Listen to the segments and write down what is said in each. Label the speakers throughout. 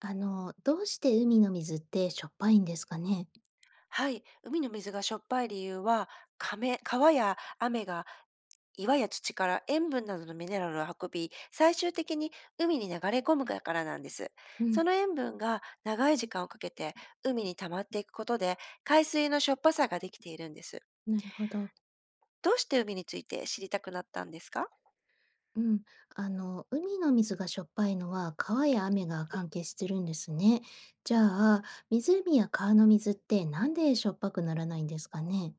Speaker 1: どうして海の水ってしょっぱいんですかね？
Speaker 2: はい、海の水がしょっぱい理由は、かめ川や雨が岩や土から塩分などのミネラルを運び、最終的に海に流れ込むからなんです。
Speaker 1: う
Speaker 2: そ
Speaker 1: ん、
Speaker 2: の塩分が長い時間をかけて海に溜まっていくことで、海水のしょっぱさができているんです。
Speaker 1: なるほど。
Speaker 2: どうして海について知りたくなったんですか？
Speaker 1: うん。海の水がしょっぱいのは川や雨が関係してるんですね。じゃあ、湖や川の水ってなんでしょっぱくならないんですかね？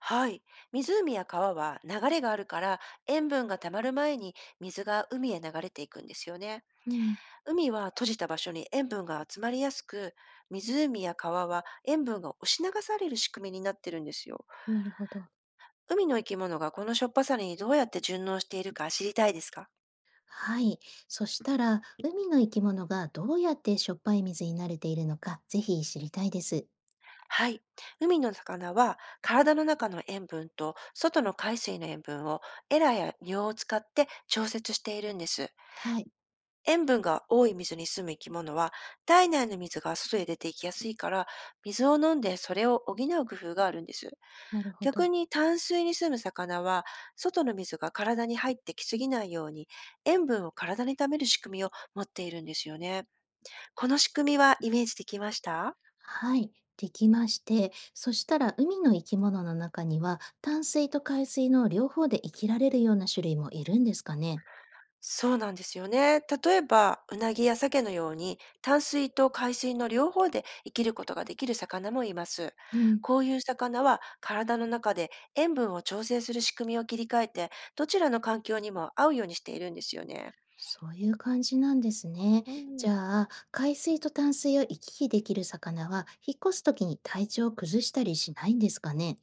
Speaker 2: はい。湖や川は流れがあるから、塩分が溜まる前に水が海へ流れていくんですよね。
Speaker 1: うん、
Speaker 2: 海は閉じた場所に塩分が集まりやすく、湖や川は塩分が押し流される仕組みになってるんですよ。
Speaker 1: なるほど。
Speaker 2: 海の生き物がこのしょっぱさにどうやって順応しているか知りたいですか？
Speaker 1: はい。そしたら、海の生き物がどうやってしょっぱい水に慣れているのか、ぜひ知りたいです。
Speaker 2: はい。海の魚は体の中の塩分と外の海水の塩分をエラや尿を使って調節しているんです。
Speaker 1: はい、
Speaker 2: 塩分が多い水に住む生き物は、体内の水が外へ出ていきやすいから、水を飲んでそれを補う工夫があるんです。
Speaker 1: なるほど。
Speaker 2: 逆に淡水に住む魚は、外の水が体に入ってきすぎないように、塩分を体に貯める仕組みを持っているんですよね。この仕組みはイメージできました？
Speaker 1: はい、できまして、そしたら海の生き物の中には淡水と海水の両方で生きられるような種類もいるんですかね。
Speaker 2: そうなんですよね。例えば、うなぎや鮭のように、淡水と海水の両方で生きることができる魚もいます。
Speaker 1: うん、
Speaker 2: こういう魚は、体の中で塩分を調整する仕組みを切り替えて、どちらの環境にも合うようにしているんですよね。
Speaker 1: そういう感じなんですね。
Speaker 2: うん。
Speaker 1: じゃあ、海水と淡水を行き来できる魚は引っ越す時に体調を崩したりしないんですかね。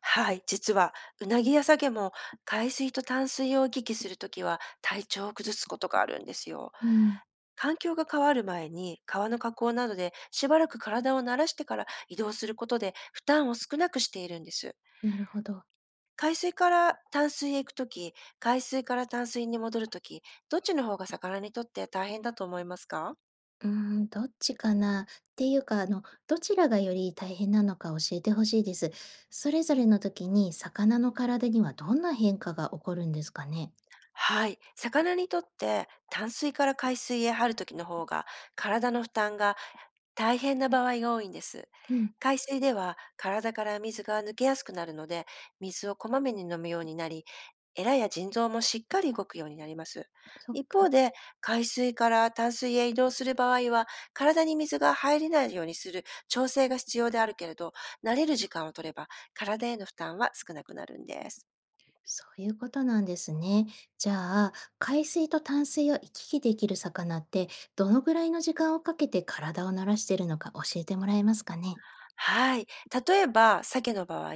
Speaker 2: はい、実はうなぎやサゲも海水と淡水を行き来するときは体調を崩すことがあるんですよ。
Speaker 1: うん、
Speaker 2: 環境が変わる前に川の河口などでしばらく体を慣らしてから移動することで負担を少なくしているんです。
Speaker 1: なるほど。
Speaker 2: 海水から淡水へ行くとき、海水から淡水に戻るとき、どっちの方が魚にとって大変だと思いますか？
Speaker 1: どっちかなっていうか、どちらがより大変なのか教えてほしいです。それぞれの時に魚の体にはどんな変化が起こるんですかね。
Speaker 2: はい。魚にとって淡水から海水へ張るときの方が体の負担が大変な場合が多いんです。
Speaker 1: うん、
Speaker 2: 海水では体から水が抜けやすくなるので、水をこまめに飲むようになり、エラや腎臓もしっかり動くようになります。
Speaker 1: そっ
Speaker 2: 一方
Speaker 1: か。
Speaker 2: で、海水から淡水へ移動する場合は、体に水が入れないようにする調整が必要であるけれど、慣れる時間を取れば、体への負担は少なくなるんです。
Speaker 1: そういうことなんですね。じゃあ、海水と淡水を行き来できる魚って、どのぐらいの時間をかけて体を慣らしてるのか教えてもらえますかね？
Speaker 2: はい。例えば、鮭の場合、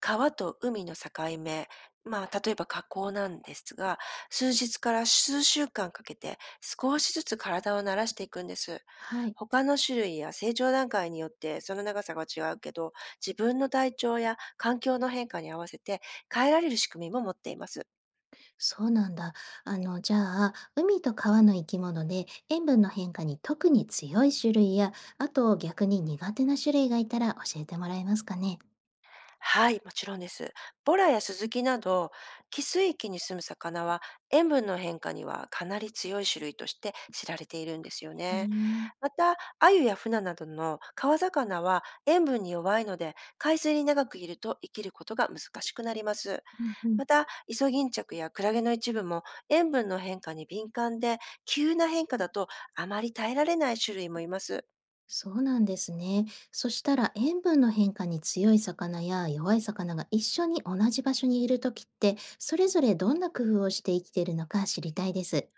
Speaker 2: 川と海の境目、まあ、例えば河口なんですが、数日から数週間かけて少しずつ体を慣らしていくんです。
Speaker 1: はい、
Speaker 2: 他の種類や成長段階によってその長さが違うけど、自分の体調や環境の変化に合わせて変えられる仕組みも持っています。
Speaker 1: そうなんだ。じゃあ、海と川の生き物で塩分の変化に特に強い種類や、あと逆に苦手な種類がいたら教えてもらえますかね？
Speaker 2: はい、もちろんです。ボラやスズキなど、寄水域に住む魚は塩分の変化にはかなり強い種類として知られているんですよ
Speaker 1: へ
Speaker 2: ね。
Speaker 1: え、
Speaker 2: また、鮎やフナなどの川魚は塩分に弱いので、海水に長くいると生きることが難しくなります。
Speaker 1: うんうん。
Speaker 2: また、イソギンチャクやクラゲの一部も塩分の変化に敏感で、急な変化だとあまり耐えられない種類もいます。
Speaker 1: そうなんですね。そしたら塩分の変化に強い魚や弱い魚が一緒に同じ場所にいるときって、それぞれどんな工夫をして生きているのか知りたいです。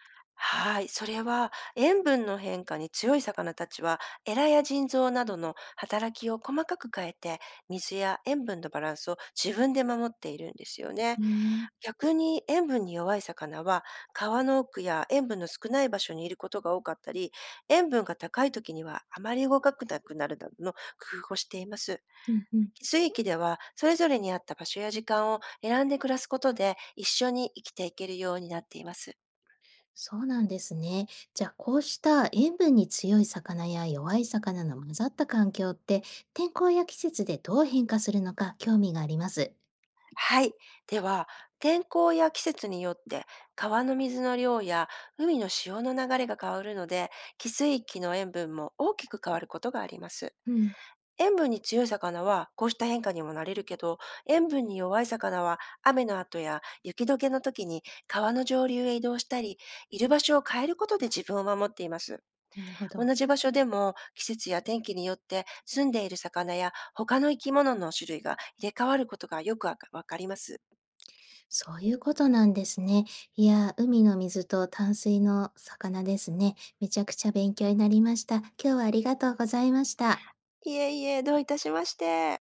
Speaker 2: はい。それは、塩分の変化に強い魚たちは、エラや腎臓などの働きを細かく変えて、水や塩分のバランスを自分で守っているんですよね。
Speaker 1: ね
Speaker 2: 逆に塩分に弱い魚は、川の奥や塩分の少ない場所にいることが多かったり、塩分が高い時にはあまり動かなくなるなどの工夫をしています。
Speaker 1: うんうん、
Speaker 2: 水域では、それぞれに合った場所や時間を選んで暮らすことで、一緒に生きていけるようになっています。
Speaker 1: そうなんですね。じゃあこうした塩分に強い魚や弱い魚の混ざった環境って天候や季節でどう変化するのか興味があります。
Speaker 2: はい。では、天候や季節によって、川の水の量や海の潮の流れが変わるので、寄水域の塩分も大きく変わることがあります。
Speaker 1: うん、
Speaker 2: 塩分に強い魚はこうした変化にも慣れるけど、塩分に弱い魚は雨の後や雪解けの時に川の上流へ移動したり、いる場所を変えることで自分を守っています。
Speaker 1: なるほど。
Speaker 2: 同じ場所でも季節や天気によって住んでいる魚や他の生き物の種類が入れ替わることがよくわかります。
Speaker 1: そういうことなんですね。いや、海の水と淡水の魚ですね。めちゃくちゃ勉強になりました。今日はありがとうございました。
Speaker 2: いえいえ、どういたしまして。